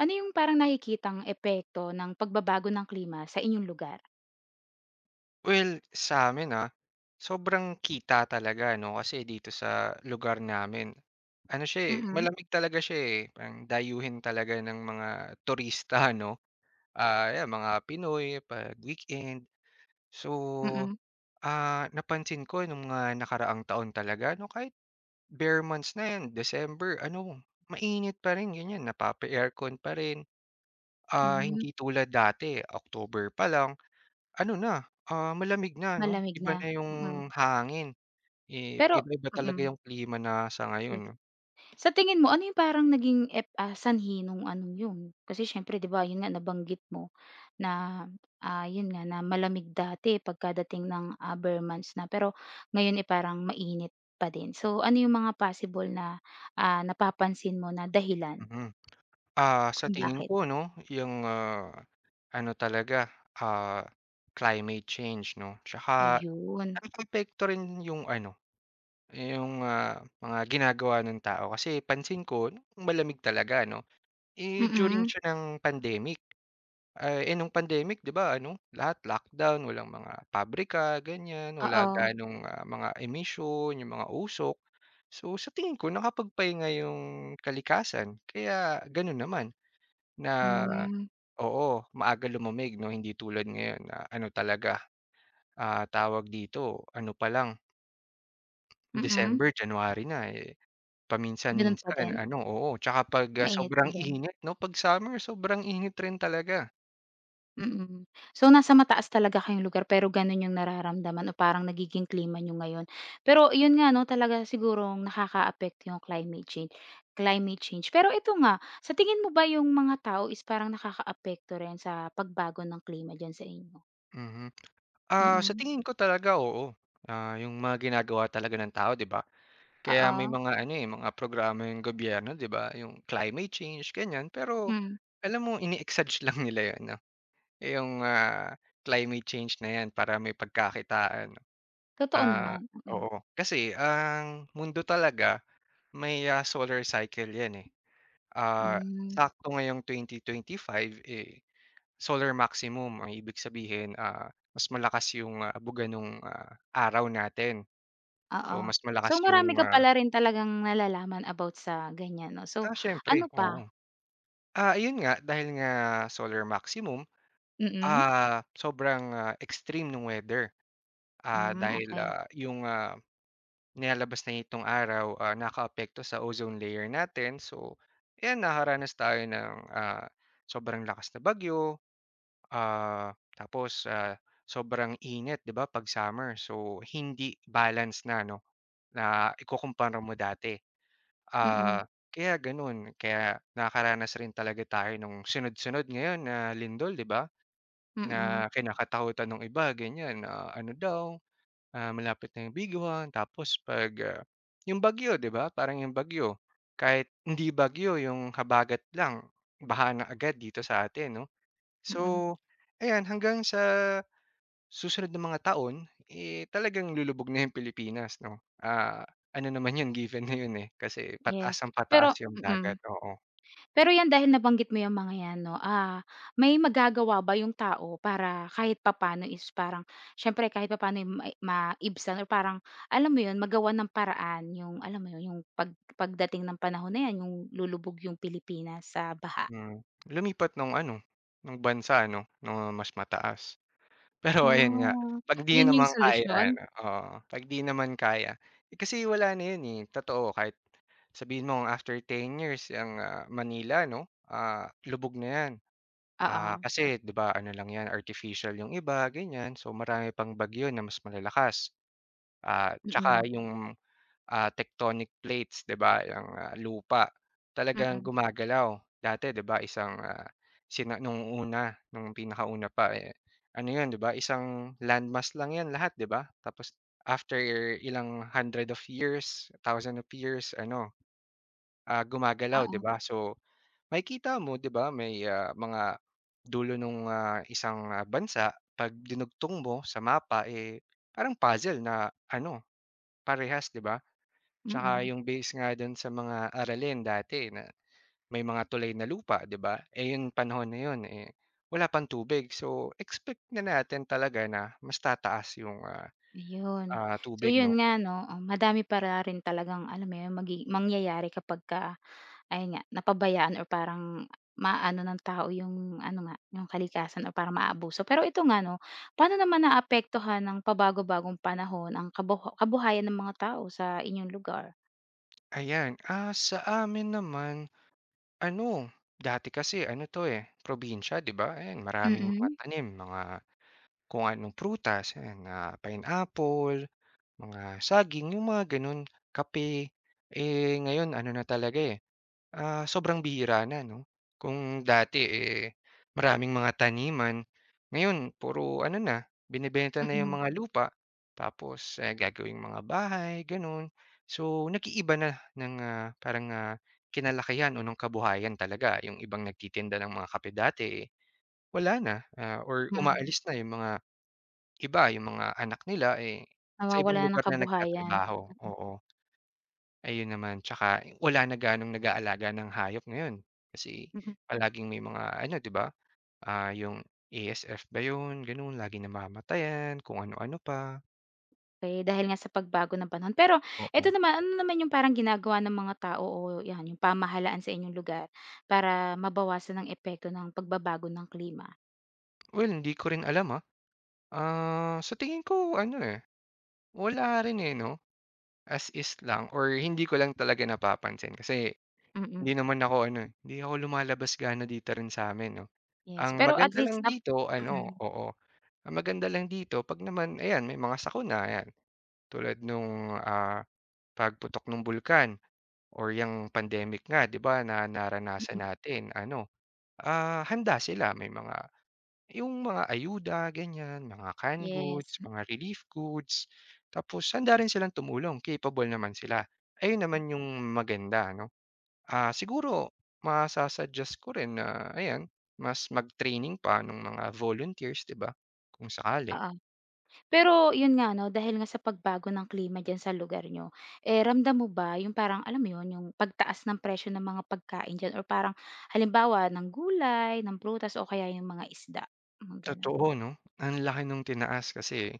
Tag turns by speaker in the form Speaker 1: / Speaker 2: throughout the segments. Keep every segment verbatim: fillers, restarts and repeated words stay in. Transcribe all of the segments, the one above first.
Speaker 1: Ano yung parang nakikitang epekto ng pagbabago ng klima sa inyong lugar?
Speaker 2: Well, sa sa'min, ah, sobrang kita talaga 'no, kasi dito sa lugar namin ano siya, eh,
Speaker 1: Mm,
Speaker 2: malamig talaga siya, eh, parang dayuhin talaga ng mga turista 'no, ah, 'yan mga Pinoy 'pag weekend. So,
Speaker 1: mm,
Speaker 2: ah, napansin ko nung mga nakaraang taon talaga 'no, kahit bare months na 'yan, December ano, mainit pa rin ganyan, napapa-aircon pa rin. Ah,
Speaker 1: hmm,
Speaker 2: hindi tulad dati October pa lang ano na, ah, malamig na 'no,
Speaker 1: malamig
Speaker 2: iba
Speaker 1: na,
Speaker 2: na yung
Speaker 1: mm.
Speaker 2: hangin, eh,
Speaker 1: Pero
Speaker 2: iba-iba talaga
Speaker 1: mm,
Speaker 2: yung klima na sa ngayon
Speaker 1: yes.
Speaker 2: 'no,
Speaker 1: Sa tingin mo ano yung parang naging ep ah, sanhi nung anong yun? Kasi siyempre 'di ba yun nga nabanggit mo na, ah, yun nga na malamig dati pagkadating ng, ah, bare months na pero ngayon, eh, parang mainit pa din. So, ano yung mga possible na, ah, napapansin mo na dahilan
Speaker 2: mm. Ah, sa
Speaker 1: kung
Speaker 2: tingin
Speaker 1: bakit?
Speaker 2: ko 'no, yung, ah, ano talaga, ah, climate change 'no, tsaka
Speaker 1: Ayun,
Speaker 2: nakakaapekto rin yung ano, yung, ah, mga ginagawa ng tao. Kasi pansin ko nung malamig talaga 'no, eh, during
Speaker 1: mm,
Speaker 2: siya ng pandemic. Ah, eh, nung pandemic 'di ba ano, lahat lockdown, walang mga pabrika ganyan, wala
Speaker 1: oo.
Speaker 2: ganong, ah, mga emission, yung mga usok. So, sa tingin ko nakapagpahinga yung kalikasan kaya gano'n naman na
Speaker 1: Hmm,
Speaker 2: oo, maaga lumamig 'no, hindi tulad ngayon na ano talaga, ah, tawag dito, ano pa lang
Speaker 1: mm.
Speaker 2: December, January na, eh,
Speaker 1: Gano'n pa
Speaker 2: paminsan-minsan
Speaker 1: din,
Speaker 2: ano oo, 'tsaka 'pag, ah,
Speaker 1: mainit pa
Speaker 2: sobrang
Speaker 1: din,
Speaker 2: init 'no, 'pag summer sobrang init rin talaga,
Speaker 1: mm. So, nasa mataas talaga kayong lugar pero gano'n yung nararamdaman o parang nagiging klima niyo ngayon. Pero yun nga 'no, talaga sigurong nakakaapekto yung climate change climate change. Pero ito nga, sa tingin mo ba yung mga tao is parang nakakaapekto rin sa pagbago ng klima diyan sa inyo?
Speaker 2: mhm. Ah, sa
Speaker 1: Mm,
Speaker 2: tingin ko talaga oo. Ah, yung mga ginagawa talaga ng tao 'di ba? Kaya may
Speaker 1: oo,
Speaker 2: mga ano, eh, mga programa yung gobyerno 'di ba, yung climate change ganyan. Pero
Speaker 1: mm.
Speaker 2: alam mo ini-exage lang nila 'yun 'no, eh, yung, ah, climate change na 'yan para may pagkakitaan.
Speaker 1: Totoo
Speaker 2: Ah,
Speaker 1: naman, mm.
Speaker 2: Oo, kasi ang mundo talaga may, ah, solar cycle 'yan, eh. Ah,
Speaker 1: Hmm,
Speaker 2: Sakto ngayong twenty twenty-five, eh solar maximum ang ibig sabihin, ah, mas malakas yung, ah, buga nung, ah, araw natin. So,
Speaker 1: oo.
Speaker 2: mas
Speaker 1: So,
Speaker 2: malakas
Speaker 1: marami
Speaker 2: yung,
Speaker 1: ka
Speaker 2: ah
Speaker 1: pala rin talagang nalalaman about sa ganyan 'no. So,
Speaker 2: ah, siyempre,
Speaker 1: ano pa?
Speaker 2: oo. Ah, ayun nga dahil nga solar maximum,
Speaker 1: Mm.
Speaker 2: ah, sobrang, ah, extreme ng weather. Ah,
Speaker 1: Hmm,
Speaker 2: dahil,
Speaker 1: okey.
Speaker 2: ah, yung, ah, nilalabas na itong araw, ah, nakakaapekto sa ozone layer natin. So, ayan nakakaranas tayo ng, ah, sobrang lakas na bagyo. Ah, tapos, ah, sobrang init 'di ba 'pag summer so hindi balance na 'no, na ikukumpara mo dati.
Speaker 1: Mm,
Speaker 2: Ah, Kaya gano'n, kaya nakakaranas rin talaga tayo nung sunod-sunod ngayon na lindol 'di ba, na
Speaker 1: mm,
Speaker 2: kinakatakutan ng iba ganyan na ano daw, ah, malapit na yung biguhan tapos 'pag, ah, yung bagyo 'di ba parang yung bagyo, kahit hindi bagyo yung habagat lang, baha na agad dito sa atin 'no. So,
Speaker 1: mm.
Speaker 2: ayan hanggang sa susunod na mga taon, eh, talagang lulubog na yung Pilipinas 'no, ah, ano naman yun given na yun, eh, kasi
Speaker 1: Yes.
Speaker 2: pataas ang
Speaker 1: Pero.
Speaker 2: pataas yung dagat,
Speaker 1: Mm.
Speaker 2: oo.
Speaker 1: Pero 'yan dahil nabanggit mo 'yang mga 'yan 'no, ah, may magagawa ba yung tao para kahit papaano is parang siyempre kahit papaano eh mai maibsan or parang alam mo 'yun, magawan ng paraan yung alam mo 'yun, yung pag pagdating ng panahon na 'yan, yung lulubog yung Pilipinas sa baha?
Speaker 2: Hmm, Lumipat nung ano, nung bansa ano, nung mas mataas. Pero ayan nga,
Speaker 1: Hmm,
Speaker 2: 'pag 'di
Speaker 1: 'yun yung
Speaker 2: naman kaya
Speaker 1: solusyon?
Speaker 2: ano, oo, 'pag 'di naman kaya eh, kasi wala na yun, eh, totoo kahit sabihin mong after ten years ang, ah, Manila 'no, ah, lubog na yan. Ah,
Speaker 1: Oo.
Speaker 2: kasi 'di ba ano lang yan, artificial yung iba, ganyan. So, marami pang bagyo na mas malalakas. Ah, tsaka
Speaker 1: Mm,
Speaker 2: yung, ah, tectonic plates 'di ba, yang, ah, lupa talagang
Speaker 1: mm.
Speaker 2: gumagalaw. Dati 'di ba isang, ah, sina nung una, nung pinakauna pa, eh, ano 'yun 'di ba isang landmass lang 'yan lahat 'di ba? Tapos after ilang hundred of years, thousand of years ano, ah, gumagalaw 'di
Speaker 1: Oo,
Speaker 2: ba? So, makikita mo 'di ba may, ah, mga dulo nung, ah, isang, ah, bansa 'pag dinugtong mo sa mapa, eh, parang puzzle na ano, parehas 'di ba?
Speaker 1: mm.
Speaker 2: Tsaka
Speaker 1: Mm.
Speaker 2: yung base nga dun sa mga aralin dati na may mga tulay na lupa, 'di ba? Eh, yung panahon na yun, eh, wala pang tubig. So, expect na natin talaga na mas tataas yung, ah,
Speaker 1: Ayun.
Speaker 2: ah,
Speaker 1: So
Speaker 2: tubig
Speaker 1: yun
Speaker 2: 'no?
Speaker 1: nga 'no, um, madami para rin talagang alam mo yun, magi mangyayari kapagka ayun nga, napabayaan or parang maaano ng tao yung ano nga, yung kalikasan o parang maabuso. Pero ito nga 'no, paano naman naapektuhan ng pabago-bagong panahon ang kabuha kabuhayan ng mga tao sa inyong lugar?
Speaker 2: Ayan, ah, sa amin naman ano, dati kasi ano 'to, eh, probinsya, 'di ba? Ayan, maraming mga
Speaker 1: Mm,
Speaker 2: tanim, mga kung anong prutas, ayan, ah, pineapple, mga saging, yung mga gano'n, kape. Eh, ngayon ano na talaga, eh. Ah, sobrang bihira na 'no. Kung dati, eh, maraming mga taniman, ngayon puro ano na, binebenta na yung
Speaker 1: mm,
Speaker 2: mga lupa tapos, ah, gagawing mga bahay gano'n. So, nag-iiba na ng, ah, parang, ah, kinalakihan o ng kabuhayan talaga. Yung ibang nagtitinda ng mga kape dati, eh, wala na, ah, or
Speaker 1: mm.
Speaker 2: umaalis na yung mga iba, yung mga anak nila, eh, sa ibang
Speaker 1: Nawawala na
Speaker 2: lugar
Speaker 1: ng
Speaker 2: na
Speaker 1: kabuhayan.
Speaker 2: nagtatrabaho, oo. Ayun naman, tsaka wala na gaanong nag-aalaga ng hayop ngayon kasi
Speaker 1: Mm.
Speaker 2: palaging may mga ano, 'di ba, ah, yung A S F ba yun, gano'n, laging namamatayan, kung ano-ano pa.
Speaker 1: Okey, dahil nga sa pagbago ng panahon. Pero eto
Speaker 2: Oo.
Speaker 1: naman, ano naman yung parang ginagawa ng mga tao o 'yan, yung pamahalaan sa inyong lugar para mabawasan ang epekto ng pagbabago ng klima?
Speaker 2: Well, hindi ko rin alam, ah. Ah, sa tingin ko ano, eh, wala rin, eh, 'no, as is lang or hindi ko lang talaga napapansin kasi
Speaker 1: Mm,
Speaker 2: hindi naman ako ano, eh, hindi ako lumalabas gaano dito rin sa'min, 'no.
Speaker 1: yes.
Speaker 2: Ang
Speaker 1: Pero at
Speaker 2: maganda lang
Speaker 1: least nap
Speaker 2: dito ano,
Speaker 1: Mm,
Speaker 2: oo, ang maganda lang dito 'pag naman ayan, may mga sakuna, ayan. Tulad nung, ah, pagputok nung bulkan or yung pandemic nga 'di ba na
Speaker 1: mm,
Speaker 2: naranasan natin ano, ah, handa sila may mga yung mga ayuda ganyan, mga canned
Speaker 1: yes,
Speaker 2: goods, mga relief goods, tapos handa rin silang tumulong capable naman sila. Ayun
Speaker 1: mm,
Speaker 2: naman yung maganda ano. Ah, siguro masa-suggest ko rin na ayan, mas mag-training pa ng mga volunteers 'di ba, kung sakali.
Speaker 1: oo. Pero yun nga 'no, dahil nga sa pagbago ng klima diyan sa lugar niyo, eh, ramdam mo ba yung parang alam mo yun, yung pagtaas ng presyo ng mga pagkain diyan or parang halimbawa ng gulay, ng prutas o kaya yung mga isda, mga gano'n?
Speaker 2: Totoo 'no, ang laki nung tinaas kasi.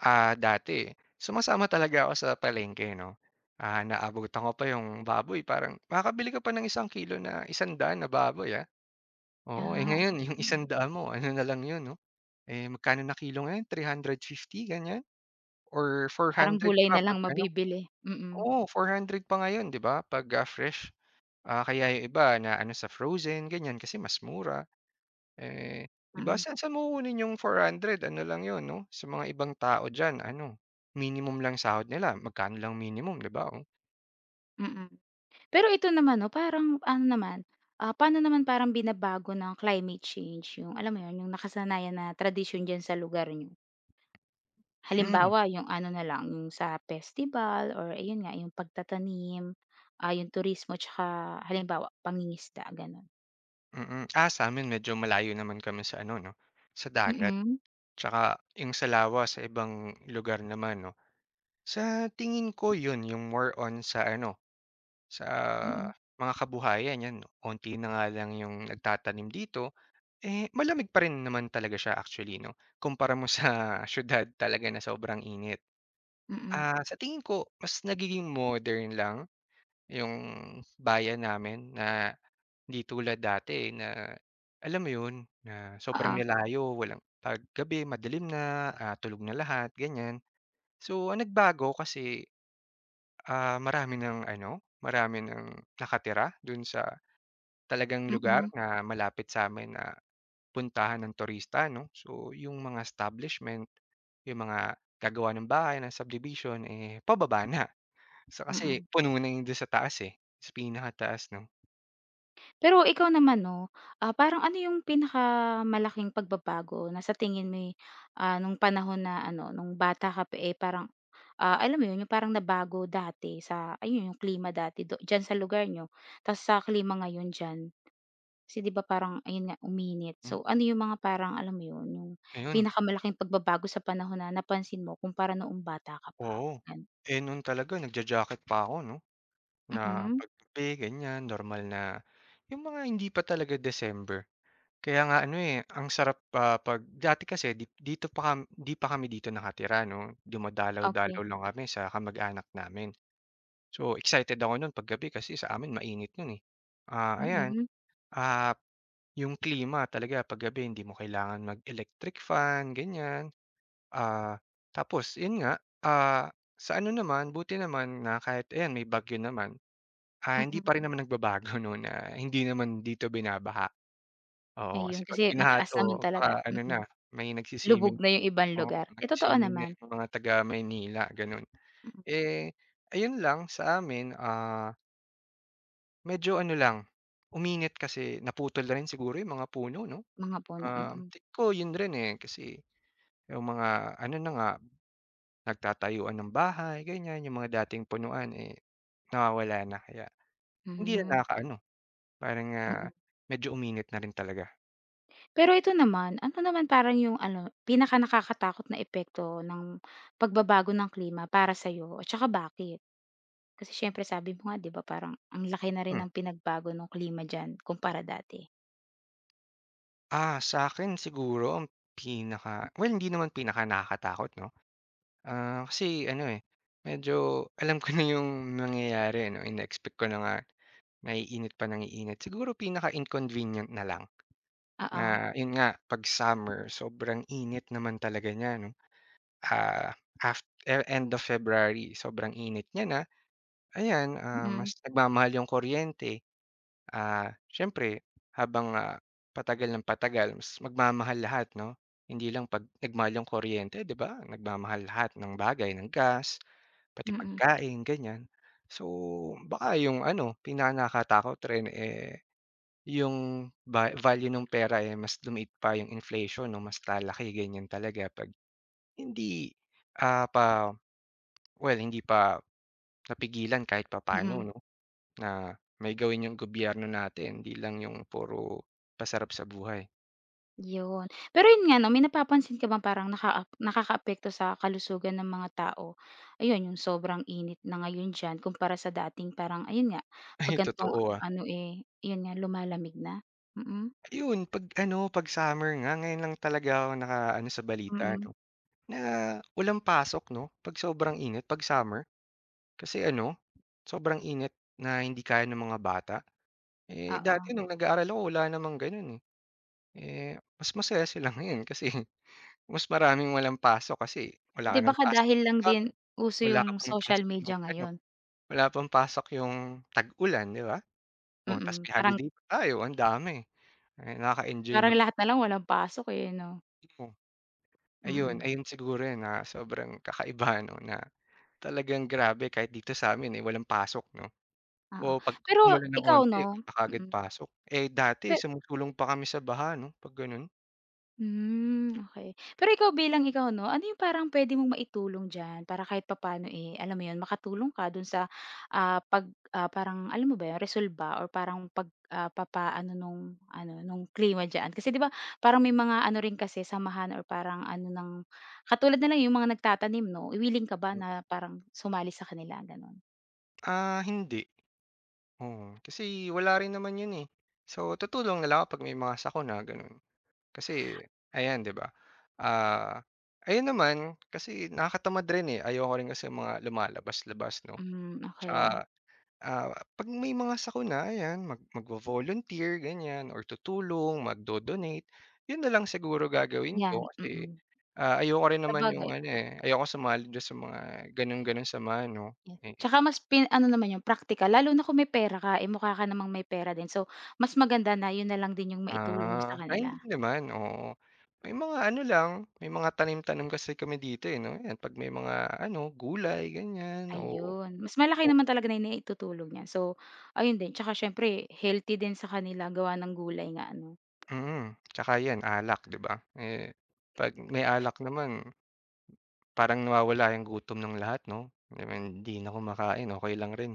Speaker 2: Ah, dati, sumasama talaga ako sa palengke 'no. Ah, naabutan ko pa yung baboy parang makakabili ka pa ng isang kilo na isang daan na baboy, ah. Oo, eh,
Speaker 1: Ah, oka
Speaker 2: ngayon yung
Speaker 1: Mm.
Speaker 2: isang daan mo ano na lang yun 'no, eh, magkano na kilo ngayon three fifty ganyan or four
Speaker 1: Parang
Speaker 2: hundred
Speaker 1: gulay
Speaker 2: pa
Speaker 1: na lang
Speaker 2: 'pag ano
Speaker 1: mabibili, mm,
Speaker 2: oo, four hundred pa ngayon 'di ba 'pag, ah, fresh. Ah, kaya yung iba na naano sa frozen ganyan kasi mas mura. Eh, 'di ba
Speaker 1: mm,
Speaker 2: saan saan mo kukunin yung four hundred ano lang yon 'no, sa mga ibang tao diyan ano, minimum lang sahod nila, magkano lang minimum 'di ba, oh?
Speaker 1: mm. Pero ito naman 'no, parang ano naman, ah, paano naman parang binabago ng climate change yung alam mo yun, yung nakasanayan na tradisyon diyan sa lugar niyo?
Speaker 2: Hmm,
Speaker 1: Halimbawa yung ano na lang, yung sa festival or ayun nga, yung pagtatanim, ah, yung turismo tsaka halimbawa pangingisda, gano'n?
Speaker 2: mm. Ah, sa'min medyo malayo naman kami sa ano 'no, sa dagat.
Speaker 1: Mm,
Speaker 2: Tsaka yung Salawa sa ibang lugar naman 'no. Sa tingin ko 'yun yung more on sa ano, sa
Speaker 1: mm,
Speaker 2: mga kabuhayan 'yan 'no, konti na nga lang yung nagtatanim dito, eh, malamig pa rin naman talaga siya actually 'no, kumpara mo sa siyudad talaga na sobrang init.
Speaker 1: mm,
Speaker 2: Ah, sa tingin ko mas nagiging modern lang yung bayan namin na hindi tulad dati eh, na alam mo yun, na sobrang
Speaker 1: oo,
Speaker 2: nilayo, walang 'pag gabi madilim na, ah, tulog na lahat ganyan. So, ang nagbago kasi, ah, marami ng ano, marami ng nakatira dun sa talagang lugar
Speaker 1: mm,
Speaker 2: na malapit sa sa'min na puntahan ng turista 'no. So, yung mga establishment, yung mga gagawa ng bahay, ng subdivision, eh, pababa na. Sa kasi
Speaker 1: mm.
Speaker 2: puno na yun dun sa taas, eh, sa pinakataas 'no.
Speaker 1: Pero ikaw naman 'no, ah, parang ano yung pinakamalaking pagbabago na sa tingin mo'y, ah, nung panahon na ano, nung bata ka pa, eh, parang, ah, alam mo 'yun, yung parang nabago dati sa ayun yung klima dati do diyan sa lugar niyo, ta's sa klima ngayon diyan? Kasi 'di ba parang ayun nga, uminit.
Speaker 2: Hmm,
Speaker 1: So, ano yung mga parang alam mo 'yun, yung
Speaker 2: ayun,
Speaker 1: pinakamalaking pagbabago sa panahon na napansin mo kumpara noong bata ka pa?
Speaker 2: oo.
Speaker 1: Gan
Speaker 2: Eh, nun talaga nagja-jacket pa ako 'no, na
Speaker 1: mhm,
Speaker 2: pagkape ganyan, normal na yung mga hindi pa talaga December. Kaya nga ano, eh, ang sarap, ah, 'pag dati kasi di dito pa kam di pa kami dito nakatira 'no, dumadalaw-dalaw
Speaker 1: okey.
Speaker 2: lang kami sa kamag-anak namin. So, excited ako nun paggabi kasi sa amin mainit nun, eh. Ah, ayan,
Speaker 1: Mm,
Speaker 2: ah, yung klima talaga paggabi hindi mo kailangan mag-electric fan, ganyan. Ah, Tapos yun nga, ah, sa ano naman, buti naman na kahit ayan may bagyo naman, ah, hindi
Speaker 1: mm.
Speaker 2: pa rin naman nagbabago 'no, na hindi naman dito binabaha. Oo, kasi
Speaker 1: Ayun,
Speaker 2: 'pag
Speaker 1: kasi
Speaker 2: binaha
Speaker 1: mataas naman
Speaker 2: 'to
Speaker 1: talaga,
Speaker 2: baka ano na,
Speaker 1: mm.
Speaker 2: may
Speaker 1: Lubog
Speaker 2: nagswi-swimming
Speaker 1: na yung ibang
Speaker 2: oo,
Speaker 1: lugar. Eh,
Speaker 2: nagsi
Speaker 1: totoo
Speaker 2: na
Speaker 1: naman,
Speaker 2: yung mga taga Maynila gano'n.
Speaker 1: mm,
Speaker 2: Eh, ayun lang sa amin, ah, medyo ano lang, uminit kasi naputol na rin siguro yung mga puno 'no?
Speaker 1: mga puno,
Speaker 2: Ah,
Speaker 1: mm.
Speaker 2: tingin ko yun rin, eh, kasi yung mga ano na nga nagtatayuan ng bahay ganyan, yung mga dating punuan, eh, nawawala na kaya hindi na
Speaker 1: Hmm,
Speaker 2: nakaka parang, ah,
Speaker 1: mm.
Speaker 2: medyo uminit na rin talaga.
Speaker 1: Pero ito naman, ano naman parang yung ano, pinakanakakatakot na epekto ng pagbabago ng klima para sa'yo at saka bakit? Kasi siyempre sabi mo nga 'di ba parang ang laki na rin
Speaker 2: Hmm,
Speaker 1: ng pinagbago nung klima diyan kumpara dati.
Speaker 2: ah, sa akin siguro ang pinaka well hindi naman pinaka nakakatakot 'no, ah, kasi ano, eh, medyo alam ko na yung mangyayari no ine-expect ko na nga maiinit pa nang iinit. Siguro pinaka-inconvenient na lang
Speaker 1: Oo,
Speaker 2: na yun nga 'pag summer sobrang init naman talaga niya 'no, ah, af eh, end of February sobrang init niya na. Ayan, ah,
Speaker 1: mm,
Speaker 2: mas nagmamahal yung kuryente, ah, siyempre habang, ah, patagal ng patagal mas magmamahal lahat 'no? Hindi lang 'pag nagmahal yung kuryente 'di ba, nagmamahal lahat ng bagay, ng gas, pati
Speaker 1: mm,
Speaker 2: pagkain ganyan. So, baka yung ano, pinaka nakakatakot rin, eh, yung va value ng pera, eh, mas lumiit pa yung inflation 'no, mas lalaki ganyan talaga 'pag hindi, ah, pa well hindi pa napigilan kahit papaano
Speaker 1: mm.
Speaker 2: 'no? Na may gawin yung gobyerno natin, hindi lang yung puro pasarap sa buhay.
Speaker 1: Yun. Pero yun nga 'no, may napapansin ka bang parang nakaap nakakaapekto sa kalusugan ng mga tao, ayun yung sobrang init na ngayon diyan kumpara sa dating parang ayun nga, 'pag
Speaker 2: Ay,
Speaker 1: gan'tong
Speaker 2: totoo, ah.
Speaker 1: ano, eh, yun nga lumalamig na? Mm,
Speaker 2: Ayun, 'pag ano, 'pag summer nga, ngayon lang talaga ako nakaano sa balita
Speaker 1: mm,
Speaker 2: 'no, na walang pasok 'no, 'pag sobrang init, 'pag summer. Kasi ano, sobrang init na hindi kaya ng mga bata. Eh,
Speaker 1: oo.
Speaker 2: dati nung nag-aaral ako wala namang gano'n, eh. Eh, mas masaya sila ngayon kasi mas maraming walang pasok kasi wala
Speaker 1: 'Di
Speaker 2: ka ng
Speaker 1: baka
Speaker 2: pasok,
Speaker 1: dahil lang din uso
Speaker 2: wala
Speaker 1: yung
Speaker 2: ka pang
Speaker 1: social
Speaker 2: pasok
Speaker 1: media
Speaker 2: ng ano
Speaker 1: ngayon?
Speaker 2: wala pang pasok yung tag-ulan, 'di ba? Oh, ta's
Speaker 1: Mm,
Speaker 2: may
Speaker 1: parang
Speaker 2: holiday pa tayo, ang dami. Ay, nakaka-enjoy
Speaker 1: parang
Speaker 2: mag
Speaker 1: lahat na lang walang pasok, eh, 'no?
Speaker 2: hmm, ayun
Speaker 1: Mm,
Speaker 2: ayun siguro 'yun na sobrang kakaiba 'no, na talagang grabe kahit dito sa'min, eh, walang pasok 'no,
Speaker 1: oo.
Speaker 2: o 'pag
Speaker 1: Pero
Speaker 2: umulan ng
Speaker 1: ikaw
Speaker 2: onti
Speaker 1: 'no.
Speaker 2: wala kaagad
Speaker 1: Mm.
Speaker 2: pasok. Eh, dati sumusulong pa kami sa baha 'no, 'pag gano'n.
Speaker 1: Hmm, okay. Pero ikaw bilang ikaw 'no, ano yung parang pwede mong maitulong diyan para kahit papano eh, alam mo yun, makatulong ka dun sa, ah, pag, ah, parang alam mo ba yun, resolba or parang pag, ah, papaano nung ano, nung klima diyan? Kasi 'di ba parang may mga ano rin kasi samahan or parang ano ng katulad na lang yung mga nagtatanim 'no, wiling ka ba
Speaker 2: Hmm,
Speaker 1: na parang sumali sa kanila, gano'n?
Speaker 2: ah, hindi, oo, kasi wala rin naman 'yun, eh. So, tutulong na lang ako 'pag may mga sakuna, gano'n. Kasi ayan 'di ba, ah, ayun naman kasi nakakatamad rin, eh, ayoko rin kasi mga lumalabas-labas 'no.
Speaker 1: Hmm, okay.
Speaker 2: Tsaka, ah, 'pag may mga sako na ayan mag magvo-volunteer ganyan or tutulong, magdo-donate, yun na lang siguro gagawin
Speaker 1: 'Yan,
Speaker 2: ko kasi,
Speaker 1: mm.
Speaker 2: ah, ayoko rin naman yung
Speaker 1: Sabagay.
Speaker 2: ano, eh, ayoko sumali dun sa mga ganun-ganung samahan 'no,
Speaker 1: Yeah,
Speaker 2: eh.
Speaker 1: tsaka mas pin ano naman yung praktikal lalo na kung may pera ka, eh, mukha ka namang may pera din so mas maganda na 'yun na lang din 'yung maitulong mo sa
Speaker 2: Ah, ay
Speaker 1: kanila,
Speaker 2: hindi naman, oo. May mga ano lang, may mga tanim-tanim kasi kami dito, eh, 'no, 'yan 'pag may mga ano, gulay ganyan, oo.
Speaker 1: ayun. Mas malaki
Speaker 2: O
Speaker 1: naman talaga na naitutulong niya so ayun din tsaka siyempre healthy din sa kanila gawa ng gulay nga ano.
Speaker 2: mm, tsaka 'yan alak, 'di ba? Eh, 'pag may alak naman parang nawawala yung gutom ng lahat, 'no? I mean, hindi na kumakain, okey lang rin,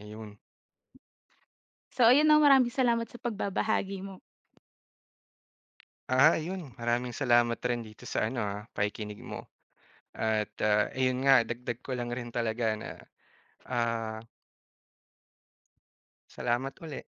Speaker 2: ayun.
Speaker 1: So ayun na maraming salamat sa pagbabahagi mo.
Speaker 2: Ah, ayun, maraming salamat rin dito sa ano, ah, pakikinig mo at, ah, ayun nga dagdag ko lang rin talaga na, ah, salamat uli.